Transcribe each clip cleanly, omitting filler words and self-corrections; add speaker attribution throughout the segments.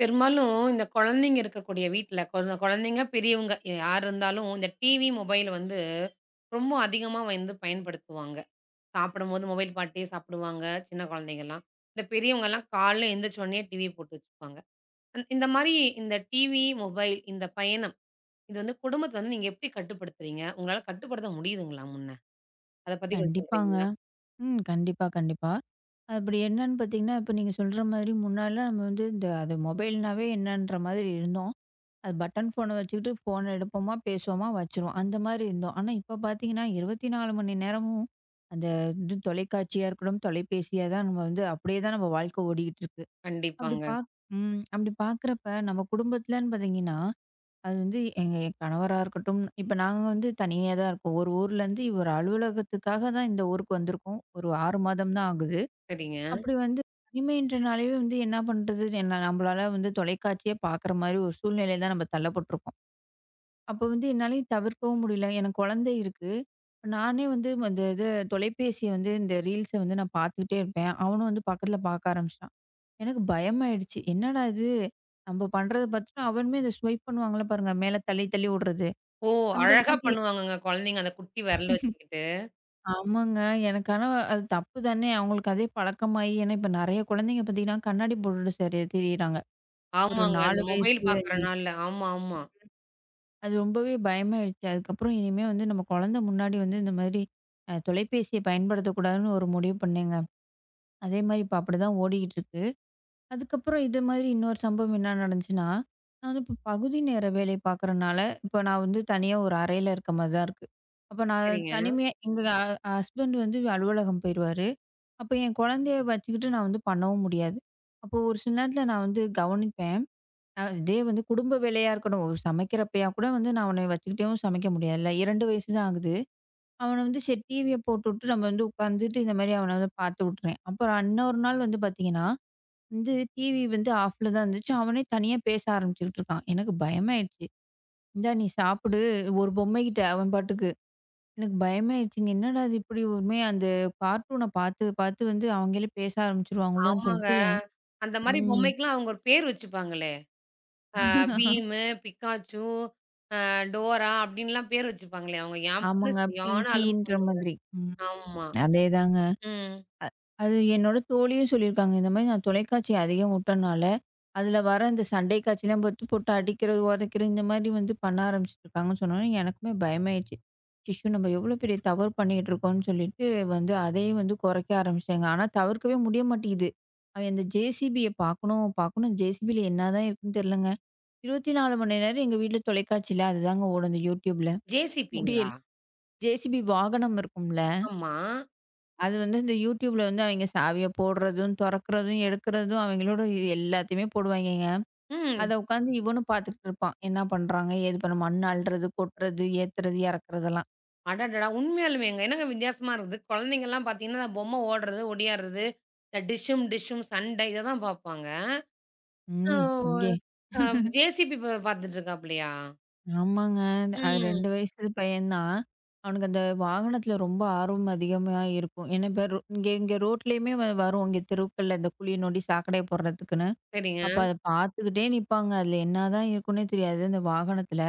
Speaker 1: பெரும்பாலும் இந்த குழந்தைங்க இருக்கக்கூடிய வீட்ல, குழந்தைங்க, பெரியவங்க யார் இருந்தாலும் இந்த டிவி, மொபைல் வந்து ரொம்ப அதிகமா வந்து பயன்படுத்துவாங்க. சாப்பிடும்போது மொபைல் பாத்தே சாப்பிடுவாங்க, சின்ன குழந்தைங்கலாம். இந்த பெரியவங்கலாம் காலைல எந்திரிச்ச உடனே டிவி போட்டு வச்சுப்பாங்க. இந்த மாரி இந்த டிவி, மொபைல் இந்த பயணம், இது வந்து குடும்பத்த வந்து நீங்க எப்படி கட்டுப்படுத்துறீங்க? உங்களால கட்டுப்படுத்த முடியுதுங்களா முன்ன? அத பத்தி கொஞ்சம்
Speaker 2: கண்டிப்பாங்க.
Speaker 1: சொல்றீங்களா?
Speaker 2: ம். கண்டிப்பா, கண்டிப்பா. அப்படி என்னன்னு பார்த்தீங்கன்னா, இப்ப நீங்க சொல்ற மாதிரி முன்னாடிலாம் நம்ம வந்து இந்த அது மொபைல்னாவே என்னன்ற மாதிரி இருந்தோம். அது பட்டன் ஃபோன வச்சுக்கிட்டு ஃபோன எடுப்போமா, பேசுவோமா, வச்சுருவோம். அந்த மாதிரி இருந்தோம். ஆனா இப்ப பார்த்தீங்கன்னா, 24 மணி நேரமும் அந்த இது தொலைக்காட்சியா இருக்கட்டும், தொலைபேசியா தான் நம்ம வந்து அப்படியே தான் நம்ம வாழ்க்கை ஓடிக்கிட்டு இருக்கு. அப்படி
Speaker 1: கண்டிப்பாங்க.
Speaker 2: பாக் ம். அப்படி பார்க்குறப்ப நம்ம குடும்பத்துலன்னு பார்த்தீங்கன்னா அது வந்து எங்க என் கணவரா இருக்கட்டும், இப்ப நாங்க வந்து தனியா தான் இருக்கோம். ஒரு ஊர்லேருந்து ஒரு அலுவலகத்துக்காக தான் இந்த ஊருக்கு வந்திருக்கோம். ஒரு 6 மாதம் தான் ஆகுது.
Speaker 1: சரிங்க.
Speaker 2: அப்படி வந்து தனிமைன்றனாலேயே வந்து என்ன பண்றது? என்ன நம்மளால வந்து தொலைக்காட்சியே பார்க்குற மாரி ஒரு சூழ்நிலையில தான் நம்ம தள்ளப்பட்டுருக்கோம். அப்போ வந்து என்னாலயும் தவிர்க்கவும் முடியல. எனக்கு குழந்தை இருக்கு. இப்ப நானே வந்து இந்த இது தொலைபேசிய வந்து இந்த ரீல்ஸ வந்து நான் பார்த்துக்கிட்டே இருப்பேன். அவனும் வந்து பக்கத்துல பார்க்க ஆரம்பிச்சுட்டான். எனக்கு பயமாயிடுச்சு. என்னடா இது? நம்ம பண்றத பார்த்துட்டு அவனுமே இத ஸ்வைப் பண்ணுவாங்கல்ல பாருங்க, மேல தள்ளி தள்ளி விடுறது.
Speaker 1: ஓ!
Speaker 2: அந்த
Speaker 1: அழகா
Speaker 2: மாரி
Speaker 1: பண்ணுவாங்கங்க குழந்தைங்க அந்த குட்டி விரல வச்சுக்கிட்டு.
Speaker 2: ஆமாங்க. எனக்கு ஆனா அது தப்பு தானே! அவங்களுக்கு அதே பழக்கமாயி ஏன்னா இப்ப நெறைய குழந்தைங்க பார்த்தீங்கன்னா, கண்ணாடி போட்டுட்டு சரி திரியிறாங்க. ஒரு
Speaker 1: ஆமாங்க. அந்த
Speaker 2: 4 வயசு,
Speaker 1: மொபைல்
Speaker 2: 5 வயசு.
Speaker 1: பாக்குறனால. ஆமா, ஆமா.
Speaker 2: அது ரொம்பவே பயமாயிடுச்சு. அதுக்கப்புறம் இனிமே வந்து நம்ம குழந்தை முன்னாடி வந்து இந்த மாரி தொலைபேசிய பயன்படுத்தக்கூடாதுன்னு ஒரு முடிவு பண்ணேங்க. அதே மாரி இப்ப அப்படிதான் ஓடிக்கிட்டு இருக்கு. அதுக்கப்புறம் இது மாதிரி இன்னொரு சம்பவம் என்ன நடந்துச்சுன்னா, நான் வந்து இப்போ பகுதி நேர வேலை பார்க்குறனால, இப்போ நான் வந்து தனியா ஒரு அறையில இருக்க மாரி தான் இருக்கு. அப்போ நான்
Speaker 1: சரிங்க.
Speaker 2: தனிமையா எங்க ஹஸ்பண்ட் வந்து அலுவலகம் போயிருவாரு. அப்போ என் குழந்தைய வச்சுக்கிட்டு நான் வந்து பண்ணவும் முடியாது. அப்போ ஒரு சில நேரத்தில நான் வந்து கவனிப்பேன். இதே வந்து குடும்ப வேலையா இருக்கணும். ஒரு சமைக்கிறப்பயா கூட வந்து நான் அவன வச்சுக்கிட்டேவும் சமைக்க முடியாதுல்ல. 2 வயசு தான் ஆகுது. அவன வந்து சரி டிவிய போட்டுவிட்டு நம்ம வந்து உட்காந்துட்டு இந்த மாரி அவன வந்து பார்த்து விட்டுருவேன். அப்புறம் இன்னொரு நாள் வந்து பார்த்தீங்கன்னா, வந்து டிவி வந்து ஆஃப்ல தான் இருந்துச்சு. அவனே தனியா பேச ஆரம்பிச்சுக்கிட்டு இருக்கான். எனக்கு பயமாயிடுச்சு. "இந்தா நீ சாப்பிடு." ஒரு பொம்மைகிட்ட அவன் பாட்டுக்கு. எனக்கு பயமாயிடுச்சுங்க. என்னடா இது இப்படி ஒருமே அந்த கார்ட்டூன பார்த்து பார்த்து வந்து அவங்களே பேச ஆரம்பிச்சுருவாங்களோன்னு
Speaker 1: ஆமாங்க.
Speaker 2: சொல்லிட்டு
Speaker 1: அந்த மாரி
Speaker 2: ம்.
Speaker 1: பொம்மைக்கெல்லாம் அவங்க ஒரு பேர் வச்சுப்பாங்களே! பீமு, பிக்காச்சு, டோரா அப்டின்லாம் பேர் வச்சுப்பாங்களே! அவங்க என் பொண்ணு
Speaker 2: ஆமாங்க.
Speaker 1: சரியான அலும்பு.
Speaker 2: பிங்கின்ற மாதிரி. ம்.
Speaker 1: ஆமா.
Speaker 2: அதேதாங்க.
Speaker 1: ம்.
Speaker 2: அது என்னோட தோழியும் சொல்லியிருக்காங்க. இந்த மாரி நான் தொலைக்காட்சி அதிகம் விட்டனால, அதில வர இந்த சண்டை காட்சிலாம் போட்டு போட்டு அடிக்கிறது, உதைக்கிறது இந்த மாரி வந்து பண்ண ஆரம்பிச்சுட்டுருக்காங்கன்னு சொன்னோனே, எனக்குமே பயமாயிடுச்சு. அச்சச்சோ! நம்ம எவ்வளோ பெரிய தவறு பண்ணிக்கிட்டு இருக்கோம்ன்னு சொல்லிட்டு வந்து அதையும் வந்து குறைக்க ஆரம்பிச்சுட்டேங்க. ஆனா தவிர்க்கவே முடிய மாட்டேங்குது. அவன் அந்த ஜேசிபிய பார்க்கணும், பார்க்கணும் ஜேசிபில என்னதான் இருக்குன்னு தெரியலங்க. 24 மணி நேரம் எங்க வீட்ல தொலைக்காட்சியில அதுதாங்க ஓடும், இந்த YouTubeல.
Speaker 1: ஜேசிபிங்களா?
Speaker 2: முடியல. ஜேசிபி வாகனம் இருக்கும்ல.
Speaker 1: ஆமா.
Speaker 2: அது வந்து இந்த YouTubeல வந்து அவைங்க சாவிய போடுறதும், தொறக்கிறதும், எடுக்கிறதும் அவைங்களோட எல்லாத்தையுமே போடுவாய்ங்கங்க.
Speaker 1: ம்.
Speaker 2: அத உட்காந்து இவனும் பார்த்துக்கிட்டு இருப்பான். என்ன பண்றாங்க? ஏது பண்ண மண் அள்ளுறது, கொட்டுறது, ஏத்துறது, இறக்குறதெல்லாம்.
Speaker 1: அடடடா! உண்மையாலுமேங்க. என்னங்க வித்தியாசமா இருக்குது. குழந்தைங்கலாம் பார்த்தீங்கன்னா, அந்த பொம்மை ஓடுறது, ஒடியாடுறது, இந்த டிஷ்ஷும், டிஷ்ஷும் சண்டை இத தான் பார்ப்பாங்க.
Speaker 2: ம். இங்கே
Speaker 1: ஓ! அ ஜேசிபி பார்த்துட்டு இருக்காப்லயா?
Speaker 2: ஆமாங்க. அது
Speaker 1: ம்.
Speaker 2: 2 வயசு பையன் தான். அவனுக்கு அந்த வாகனத்தில ரொம்ப ஆர்வம் அதிகமா இருக்கும். ஏன்னா இப்ப இங்க இங்க ரோட்லயுமே வரும். இங்க தெருக்கள்ல இந்த குழிய நோண்டி சாக்கடைய போடுறதுக்குன்னு.
Speaker 1: சரிங்க.
Speaker 2: அப்ப அத பார்த்துக்கிட்டே நிப்பாங்க. அதுல என்னதான் இருக்குன்னே தெரியாது, அந்த வாகனத்தில.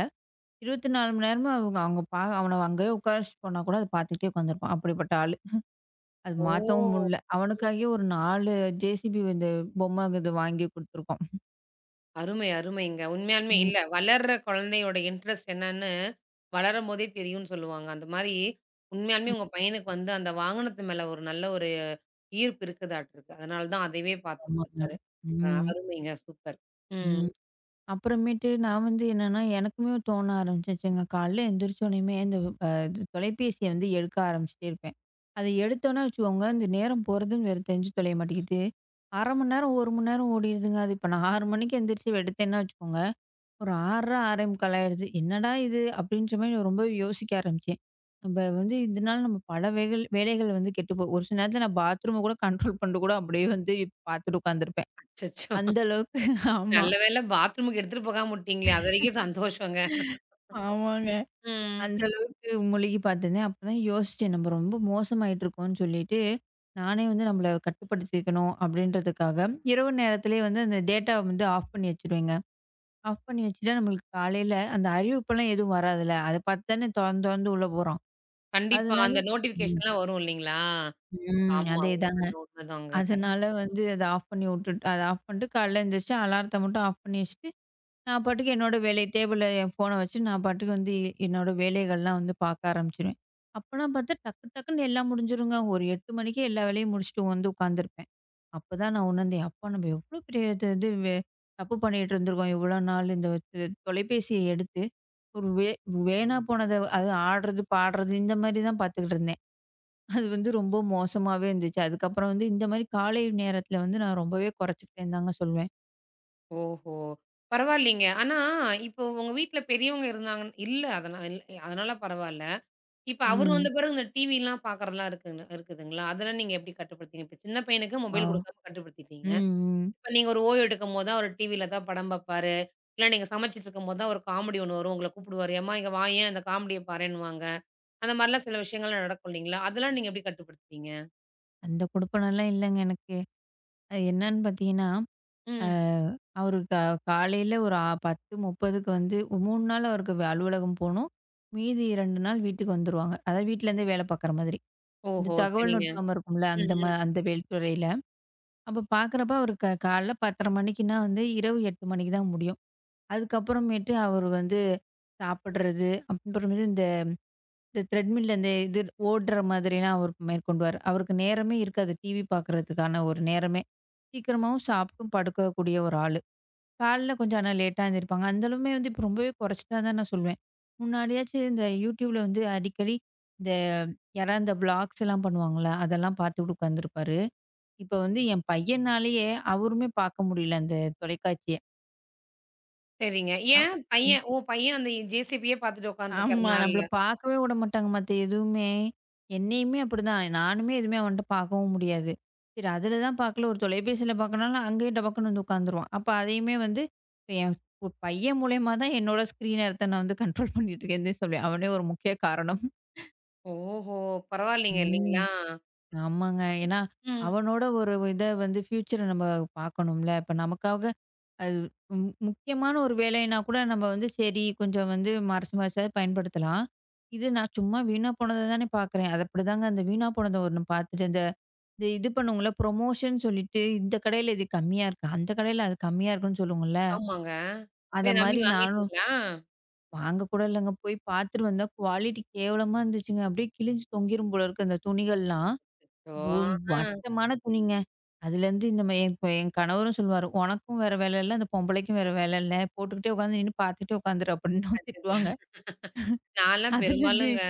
Speaker 2: 24 மணி நேரமும் அவங்க அவங்க அவன அங்கேயே உட்கார வச்சுட்டு போனா கூட, அத பார்த்துக்கிட்டே உட்காந்துருப்பான். அப்படிப்பட்ட ஆளு. அது
Speaker 1: ஓ!
Speaker 2: மாத்தவும் முடியல. அவனுக்காகவே ஒரு 4 ஜேசிபி இந்த பொம்மை இது வாங்கி குடுத்துருக்கோம்.
Speaker 1: அருமை, அருமைங்க. உண்மையாலுமே
Speaker 2: ம்.
Speaker 1: இல்ல வளர்ற குழந்தையோட இன்ட்ரெஸ்ட் என்னன்னு வளரும்போதே தெரியும்னு சொல்லுவாங்க. அந்த மாரி உண்மையாலுமே
Speaker 2: ம்.
Speaker 1: உங்க பையனுக்கு வந்து அந்த வாகனத்து மேல ஒரு நல்ல ஒரு ஈர்ப்பு இருக்குதாட்டுருக்கு. அதனால தான் அதையே பார்த்துட்டு
Speaker 2: ஆமாங்க.
Speaker 1: இருக்காரு.
Speaker 2: ம்.
Speaker 1: அருமைங்க. சூப்பர். ம்.
Speaker 2: ம். அப்புறமேட்டு நான் வந்து என்னன்னா, எனக்குமே தோண ஆரம்பிச்சுச்சுங்க. காலைல எந்திரிச்சோனையுமே இந்த இது தொலைபேசிய வந்து எடுக்க ஆரம்பிச்சுட்டே இருப்பேன். அத எடுத்தோன்னே வச்சுக்கோங்க, இந்த நேரம் போறதுன்னு வேற தெரிஞ்சு தொலைய மாட்டேங்குது. 1/2 மணி நேரம், 1 மணி நேரம் ஓடிடுதுங்க. அது இப்ப நான் 6 மணிக்கு எந்திரிச்சு எடுத்தேன்னா வச்சுக்கோங்க ஒரு 6:30 6:45 ஆயிடுது. என்னடா இது! அப்படின்ற மாரி நான் ரொம்பவே யோசிக்க ஆரம்பிச்சேன். நம்ம வந்து இதனால நம்ம பல வேலைகள் வந்து கெட்டுப்போ ஒரு சில நேரத்துல நான் பாத்ரூம கூட கண்ட்ரோல் பண்ணிட்டு கூட அப்படியே வந்து பாத்துட்டு உட்காந்துருப்பேன்.
Speaker 1: அச்சச்சோ!
Speaker 2: அந்த அளவுக்கு ஆமா.
Speaker 1: நல்ல வேளை பாத்ரூமுக்கு எடுத்துட்டு போகாம விட்டீங்களே! அதுவரைக்கும் சந்தோஷங்க.
Speaker 2: ஆமாங்க.
Speaker 1: ம்.
Speaker 2: அந்த அளவுக்கு முழுகி பாத்துருந்தேன். அப்பதான் யோசிச்சேன். நம்ம ரொம்ப மோசமாயிட்டுருக்கோம்ன்னு சொல்லிட்டு, நானே வந்து நம்மள கட்டுப்படுத்திக்கணும் அப்படின்றதுக்காக, இரவு நேரத்திலேயே வந்து அந்த டேட்டாவ வந்து ஆஃப் பண்ணி வச்சுருவேங்க. ஆஃப் பண்ணி வச்சுட்டா நம்மளுக்கு காலையில அந்த அறிவிப்பெல்லாம் எதுவும் வராதுல்ல. அத பார்த்து தானே தொறந்து தொறந்து உள்ள போறோம்.
Speaker 1: கண்டிப்பா
Speaker 2: அதனால
Speaker 1: அந்த
Speaker 2: ம்.
Speaker 1: நோட்டிஃபிகேஷன்லாம் வரும் இல்லீங்களா?
Speaker 2: ம்.
Speaker 1: ஆமா.
Speaker 2: அதேதாங்க.
Speaker 1: உண்மதான், உண்மதாங்க.
Speaker 2: அதனால வந்து அத ஆஃப் பண்ணி வுட்டுட்டு அத ஆஃப் பண்ணிட்டு காலைல எந்திரிச்சு அலாரத்த மட்டும் ஆஃப் பண்ணி வச்சுட்டு, நான் பாட்டுக்கு என்னோட வேலைய டேபிள்ல என் ஃபோன வச்சு நான் பாட்டுக்கு வந்து என்னோட வேலைகள்லாம் வந்து பார்க்க ஆரம்பிச்சுருவேன். அப்பலாம் பார்த்தா டக்கு டக்குன்னு எல்லாம் முடிஞ்சிருங்க. ஒரு 8 மணிக்கே எல்லா வேலையும் முடிச்சுட்டு வந்து உட்காந்துருப்பேன். அப்பதான் நான் உணர்ந்தேன். அப்பா நம்ம எவ்ளோ பெரிய இது இது வே தப்பு பண்ணிட்டு இருந்திருக்கோம் இவ்வளோ நாள். இந்த இது தொலைபேசிய எடுத்து, ஒரு வே வேணா போனத அது ஆடுறது, பாடுறது இந்த மாரி தான் பார்த்துக்கிட்டு இருந்தேன். அது வந்து ரொம்ப மோசமாவே இருந்துச்சு. அதுக்கப்புறம் வந்து இந்த மாரி காலை நேரத்தில வந்து நான் ரொம்பவே குறைச்சுக்கிட்டேன்னு தாங்க சொல்வேன்.
Speaker 1: ஓஹோ! பரவாயில்லைங்க. ஆனா, இப்போ உங்க வீட்ல பெரியவங்க இருந்தாங்க இல்ல அதனால பரவால்ல. இப்ப அவரு வந்த
Speaker 2: ம்.
Speaker 1: பிறகு இந்த டிவிலாம் பார்க்கறதெல்லாம் இருக்குன்னு இருக்குதுங்களா? அதெல்லாம் நீங்க எப்படி கட்டுப்படுத்தீங்க? இப்ப சின்ன பையனுக்கு
Speaker 2: ஆ.
Speaker 1: மொபைல் கொடுக்காம கட்டுப்படுத்திட்டீங்க.
Speaker 2: ம், ம்.
Speaker 1: இப்ப நீங்க ஒரு ஓய்வு எடுக்கும்போது தான் அவரு டிவில ஏதாவது படம் பார்ப்பாரு. இல்ல நீங்க சமைச்சுட்டுருக்கும்போது தான் ஒரு காமெடி ஒண்ணு வரும். உங்கள கூப்பிடுவாரு. "எம்மா இங்க வாயேன், அந்த காமெடிய பாரேன்னுவாங்க." அந்த மாரிலாம் சில விஷயங்கள்லாம் நடக்கும் இல்லைங்களா? அதெல்லாம் நீங்க எப்படி கட்டுப்படுத்துவீங்க?
Speaker 2: அந்த குடுப்பனம்லாம் இல்லங்க எனக்கு. அது என்னன்னு பார்த்தீங்கன்னா,
Speaker 1: ம்.
Speaker 2: அவரு காலையில ஒரு 10:30க்கு வந்து 3 நாள் அவருக்கு வே- அலுவலகம் போணும். மீதி 2 நாள் வீட்டுக்கு வந்துருவாங்க. அதாவது வீட்லருந்தே வேலை பார்க்குற மாதிரி. இந்த
Speaker 1: ஓஹோ!
Speaker 2: தகவல்
Speaker 1: சரிங்க.
Speaker 2: நுட்பம் இருக்கும்ல,
Speaker 1: ம்,
Speaker 2: அந்த
Speaker 1: ம்.
Speaker 2: அந்த வேல் துறையில. அப்ப பார்க்குறப்ப அவரு காலைல 10:30 மணிக்குன்னா வந்து இரவு 8 மணிக்கு தான் முடியும். அதுக்கப்புறமேட்டு அவரு வந்து சாப்பிடுறது, அப்புறமேட்டு இந்த இந்த த்ரெட்மில்ல இந்த இது ஓடுற மாதிரிலாம் அவர் மேற்கொண்டுவாரு. அவருக்கு நேரமே இருக்காது. டிவி பார்க்குறதுக்கான ஒரு நேரமே. சீக்கிரமாவும் சாப்பிட்டும் படுக்கக்கூடிய ஒரு ஆளு. காலைல கொஞ்சம் ஆனா லேட்டா எழுந்திரிப்பாங்க. அந்தளவுமே வந்து இப்ப ரொம்பவே குறைச்சுட்டா தான் நான் சொல்வேன். முன்னாடியாச்சு இந்த YouTubeல வந்து அடிக்கடி இந்த யாராவது இந்த விளாக்ஸ் எல்லாம் பண்ணுவாங்கல்ல, அதெல்லாம் பார்த்துட்டு உட்காந்துருப்பாரு. இப்ப வந்து என் பையனாலேயே அவருமே பார்க்க முடியல அந்த தொலைக்காட்சிய.
Speaker 1: சரிங்க.
Speaker 2: அவ்
Speaker 1: ஏன் பையன் ஓ! பையன் அந்த ஜேசிபியே பார்த்துட்டு
Speaker 2: ஆமா.
Speaker 1: உட்காந்துருக்கறனால.
Speaker 2: நம்மள பார்க்கவே விடமாட்டாங்க மத்த எதுவுமே. என்னையுமே அப்படிதான். நானுமே எதுவுமே அவன்ட்ட பார்க்கவும் முடியாது. சரி அதில தான் பார்க்கல, ஒரு தொலைபேசியில பார்க்கனாலும் அங்கேயே டபக்குன்னு வந்து உட்காந்துருவான். அப்ப அதையுமே வந்து இப்ப என் பையன் மூலியமா தான் என்னோட ஸ்க்ரீன் நேரத்த நான் வந்து கண்ட்ரோல் பண்ணிட்டு இருக்கேன்னு சொல்லுவேன். அவனே ஒரு முக்கிய காரணம்.
Speaker 1: ஓஹோ! பரவாயில்லைங்க
Speaker 2: ம்.
Speaker 1: இல்லைங்களா?
Speaker 2: ஆமாங்க.
Speaker 1: இப்
Speaker 2: ஏன்னா
Speaker 1: ம்.
Speaker 2: அவனோட ஒரு இத வந்து ஃப்யூச்சர நம்ம பார்க்கணும்ல. இப்ப நமக்காக அது ம் முக்கியமான ஒரு வேலைன்னா கூட நம்ம வந்து சரி கொஞ்சம் வந்து மறைச்சு மறைச்சாவது பயன்படுத்தலாம். இது நான் சும்மா வீணா போனத தானே பார்க்குறேன். அது அப்படிதாங்க அந்த வீணா போனத ஒண்ணு பார்த்துட்டு இந்த இந்த இது பண்ணுவோங்கல்ல ப்ரொமோஷன் சொல்லிட்டு இந்த கடையில இது கம்மியா இருக்கு. அந்த கடையில அது கம்மியா இருக்குன்னு சொல்லுவோங்கல்ல.
Speaker 1: ஆமாங்க.
Speaker 2: அத
Speaker 1: போய் நம்பி
Speaker 2: மாரி நானும்
Speaker 1: வாங்கிட்டீங்களா?
Speaker 2: வாங்க கூட இல்லங்க. போய் பார்த்துட்டு வந்தா குவாலிட்டி கேவலமா இருந்துச்சுங்க. அப்படியே கிழிஞ்சு தொங்கிரும் போல இருக்கு அந்த துணிகள்லாம்.
Speaker 1: ஓ!
Speaker 2: ஒ
Speaker 1: ஆ.
Speaker 2: வட்டமான துணிங்க. அதுலேருந்து இந்த மே இப்ப என் கணவரும் சொல்லுவாரு, "உனக்கும் வேற வேலை இல்ல, அந்த பொம்பளைக்கும் வேற வேலை இல்ல. போட்டுக்கிட்டே உட்காந்து நின்னு பார்த்துக்கிட்டே உட்காந்துரு" அப்படின்னு திட்டுவாங்க.
Speaker 1: அச்சச்சோ! நான்லாம்
Speaker 2: அதுலேருந்து
Speaker 1: பெரும்பாலுங்க,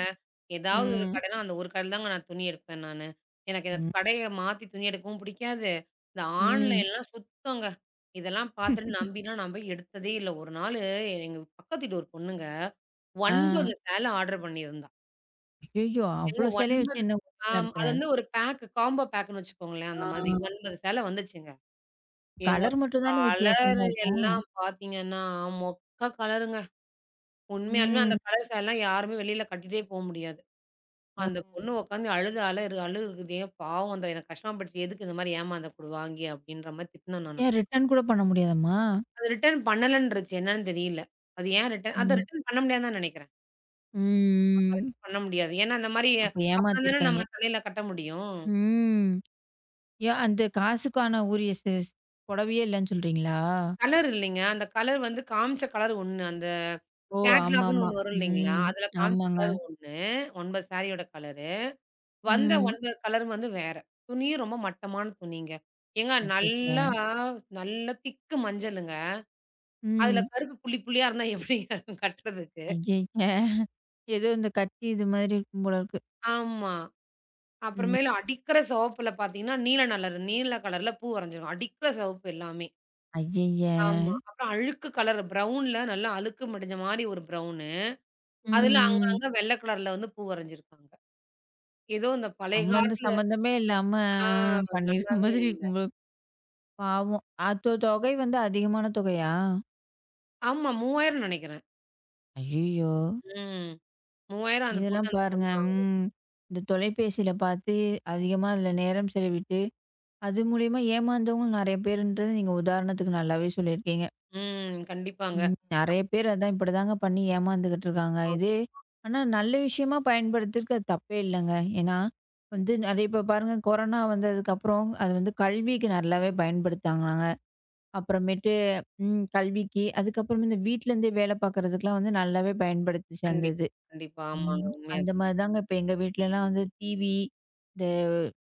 Speaker 1: ஏதாவது ஒரு
Speaker 2: ம்.
Speaker 1: கடைன்னா அந்த ஒரு கடையில தாங்க நான் துணி எடுப்பேன் நானு. எனக்கு இந்த
Speaker 2: ம்.
Speaker 1: கடைய மாத்தி துணி எடுக்கவும் பிடிக்காது. இந்த
Speaker 2: ம்.
Speaker 1: ஆன்லைன்லாம் சுத்தங்க. இதெல்லாம் பார்த்துட்டு நம்பிலாம் நான் போய் எடுத்ததே இல்ல. ஒரு நாளு எங்க பக்கத்து வீட்டு ஒரு பொண்ணுங்க, ம்,
Speaker 2: ஆ.
Speaker 1: 9 சேல ஆர்டர் பண்ணியிருந்தா.
Speaker 2: ஐயய்யோ!
Speaker 1: ஏங்க
Speaker 2: அவ்ளோ சேலைய வச்சு
Speaker 1: 9
Speaker 2: என்ன ஒரே
Speaker 1: ஆம் அது
Speaker 2: நேரத்துல?
Speaker 1: வந்து ஒரு பேக் காம்போ பேக்குன்னு வச்சுக்கோங்களேன். அந்த மாதிரி
Speaker 2: ஆ.
Speaker 1: 9 சேல வந்துச்சுங்க. ஏங்க
Speaker 2: கலர் மட்டும் தானே
Speaker 1: கலர்
Speaker 2: வித்தியாசமா இருக்கும்.
Speaker 1: எல்லாம் பார்த்தீங்கன்னா, மொக்க கலருங்க. உண்மையாலுமே அந்த
Speaker 2: ம்.
Speaker 1: கலர் சாரிலாம் யாருமே வெளியில கட்டிட்டே போ முடியாது.
Speaker 2: ஓ!
Speaker 1: அந்த பொண்ணு உட்காந்து அழுது அலறு அழுகுதே, பாவம், அந்த எனக்கு கஷ்டமாப்பட்டுச்சு. எதுக்கு இந்த மாரி ஏமாந்தக்கூட வாங்கி அப்படின்ற மாரி திட்டினேன் நானு.
Speaker 2: ஏன் ரிட்டர்ன் கூட பண்ண முடியாதாம்மா?
Speaker 1: அது ரிட்டர்ன் பண்ணலன்ருச்சு. என்னன்னு தெரியல. அது ஏன் ரிட்டர்ன் அத
Speaker 2: ம்.
Speaker 1: ரிட்டர்ன் பண்ண முடியாதுன்னு தான் நெனைக்கிறேன்.
Speaker 2: ம்.
Speaker 1: பண்ண முடியாது. ஏன்னா அந்த மாரி
Speaker 2: அப்ப
Speaker 1: அப்புறம் தானே நம்ம
Speaker 2: ஏமாத்திருக்காய்ங்க.
Speaker 1: தலையில கட்ட முடியும்.
Speaker 2: ம். ஏன் அந்த காசுக்கான உரிய செஸ் புடவையே இல்லன்னு சொல்றீங்களா?
Speaker 1: கலர் இல்லைங்க. அந்த கலர் வந்து காமிச்ச கலர் ஒண்ணு. அந்த
Speaker 2: ஓ!
Speaker 1: கேட்லாக்ன்னு
Speaker 2: ஆமாமா.
Speaker 1: ஒண்ணு வரும் இல்லைங்களா?
Speaker 2: ம்.
Speaker 1: அதுல காமிச்ச
Speaker 2: ஆமாங்க.
Speaker 1: கலர் ஒண்ணு. 9 சாரியோட கலரு. வந்த
Speaker 2: ம்.
Speaker 1: ஒன்பது கலரும் வந்து வேற. துணியும் ரொம்ப மட்டமான துணிங்க. ஏங்க
Speaker 2: அச்சச்சே!
Speaker 1: நல்லா நல்லா திக்கு மஞ்சளுங்க. அதுல
Speaker 2: ம்.
Speaker 1: கருப்பு புள்ளி புள்ளியா இருந்தா எப்படிங்க இருக்கும் கட்டுறதுக்கு?
Speaker 2: ஐயய்ய! ஏதோ இந்த கத்தி இது மாதிரி இருக்கும் போல இருக்கு.
Speaker 1: ஆமா. அப்புறமேலு
Speaker 2: ம்.
Speaker 1: அடிக்கிற சிவப்புல பார்த்தீங்கன்னா, நீல கலர்ல பூ வரைஞ்சிருக்கும். அடிக்கிற சிவப்பு எல்லாமே.
Speaker 2: ஐயய்ய!
Speaker 1: ஆமா. அப்புறம் அழுக்கு கலர் ப்ரவுன்ல நல்லா அழுக்கு மடிஞ்ச மாரி ஒரு ப்ரவுனு.
Speaker 2: ம்,
Speaker 1: அதுல
Speaker 2: ம்.
Speaker 1: அங்கங்க வெள்ள கலர்ல வந்து பூ வரைஞ்சிருக்காங்க. ஏதோ இந்த பழைய
Speaker 2: சம்மந்த
Speaker 1: காலத்துல
Speaker 2: சம்மந்தமே இல்லாம
Speaker 1: ஆ,
Speaker 2: பண்ணியிருக்க
Speaker 1: நல்லாவே
Speaker 2: மாதிரி
Speaker 1: இல்ல.
Speaker 2: இருக்கும் போல. பாவம். அது தொகை வந்து அதிகமான தொகையா?
Speaker 1: ஆமா, 3,000 நெனைக்கிறேன்.
Speaker 2: ஐயய்யோ!
Speaker 1: ம். 3,000 அந்த போட்டு
Speaker 2: இதெல்லாம்
Speaker 1: அந்த பொண்ணு.
Speaker 2: பாருங்க. ம். இந்த தொலைபேசியில பார்த்து அதிகமா அதில நேரம் செலவிட்டு, அது மூலியமா ஏமாந்தவங்களும் நெறைய பேருன்றது நீங்க உதாரணத்துக்கு நல்லாவே சொல்லியிருக்கீங்க.
Speaker 1: ம். கண்டிப்பாங்க.
Speaker 2: ம். நெறைய பேர் அதான் இப்படிதாங்க பண்ணி ஏமாந்துகிட்டு இருக்காங்க.
Speaker 1: ஆமா.
Speaker 2: இதே ஆனா நல்ல விஷயமா பயன்படுத்திருக்கு அது தப்பே இல்லங்க. ஏன்னா, வந்து நெறைய இப்ப பாருங்க கொரோனா வந்ததுக்கப்புறம் அது வந்து கல்விக்கு நல்லாவே பயன்படுத்தாங்கங்க. அப்புறமேட்டு ம் கல்விக்கு, அதுக்கப்புறம் இந்த வீட்ல இருந்தே வேலை பார்க்கறதுக்கெல்லாம் வந்து நல்லாவே பயன்படுத்துச்சு அந்த
Speaker 1: கண்டிப்
Speaker 2: இது.
Speaker 1: கண்டிப்பா. ஆமாங்க.
Speaker 2: ம். அந்த
Speaker 1: உண்மையாதான்.
Speaker 2: மாரி தாங்க இப்ப எங்க வீட்லலாம் வந்து டிவி, இந்த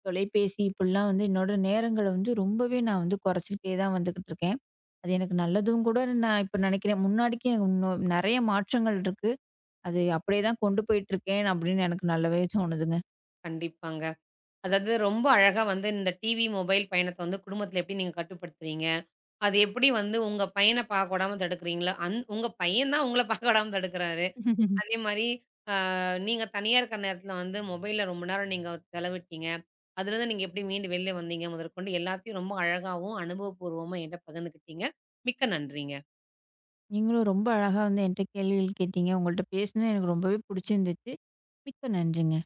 Speaker 2: தொலைபேசி இப்படிலாம் வந்து என்னோட நேரங்கள வந்து ரொம்பவே நான் வந்து குறைச்சிக்கிட்டே தான் வந்துகிட்டு இருக்கேன். அது எனக்கு நல்லதும் கூட நான் இப்ப நினைக்கிறேன். முன்னாடிக்கு எனக்கு இன்னும் நெறைய மாற்றங்கள் இருக்கு. அது அப்படியே தான் கொண்டு போயிட்டு இருக்கேன் அப்படின்னு எனக்கு நல்லாவே தோணுதுங்க.
Speaker 1: கண்டிப்பாங்க. அதாவது ரொம்ப அழகா வந்து இந்த டிவி, மொபைல் பயணத்த வந்து குடும்பத்துல எப்படி நீங்க கட்டுப்படுத்துறீங்க? அது எப்படி வந்து உங்க பையன பார்க்க விடாம தடுக்குறீங்களோ, உங்க பையன் தான் உங்கள பார்க்க விடாம தடுக்குறாரு. அதே மாரி அ நீங்க தனியா இருக்கிற நேரத்துல வந்து மொபைல்ல ரொம்ப நேரம் நீங்க செலவிட்டீங்க. அதுலருந்து நீங்க எப்படி மீண்டு வெளில வந்தீங்க முதற்கொண்டு எல்லாத்தையும் ரொம்ப அழகாவும், அனுபவபூர்வமா என்ட்ட பகிர்ந்துக்கிட்டீங்க. மிக்க நன்றிங்க.
Speaker 2: நீங்களும் ரொம்ப அழகா வந்து என்ட்ட கேள்விகள் கேட்டீங்க. உங்கள்ட்ட பேசினது எனக்கு ரொம்பவே புடிச்சிருந்துச்சு. மிக்க நன்றிங்க.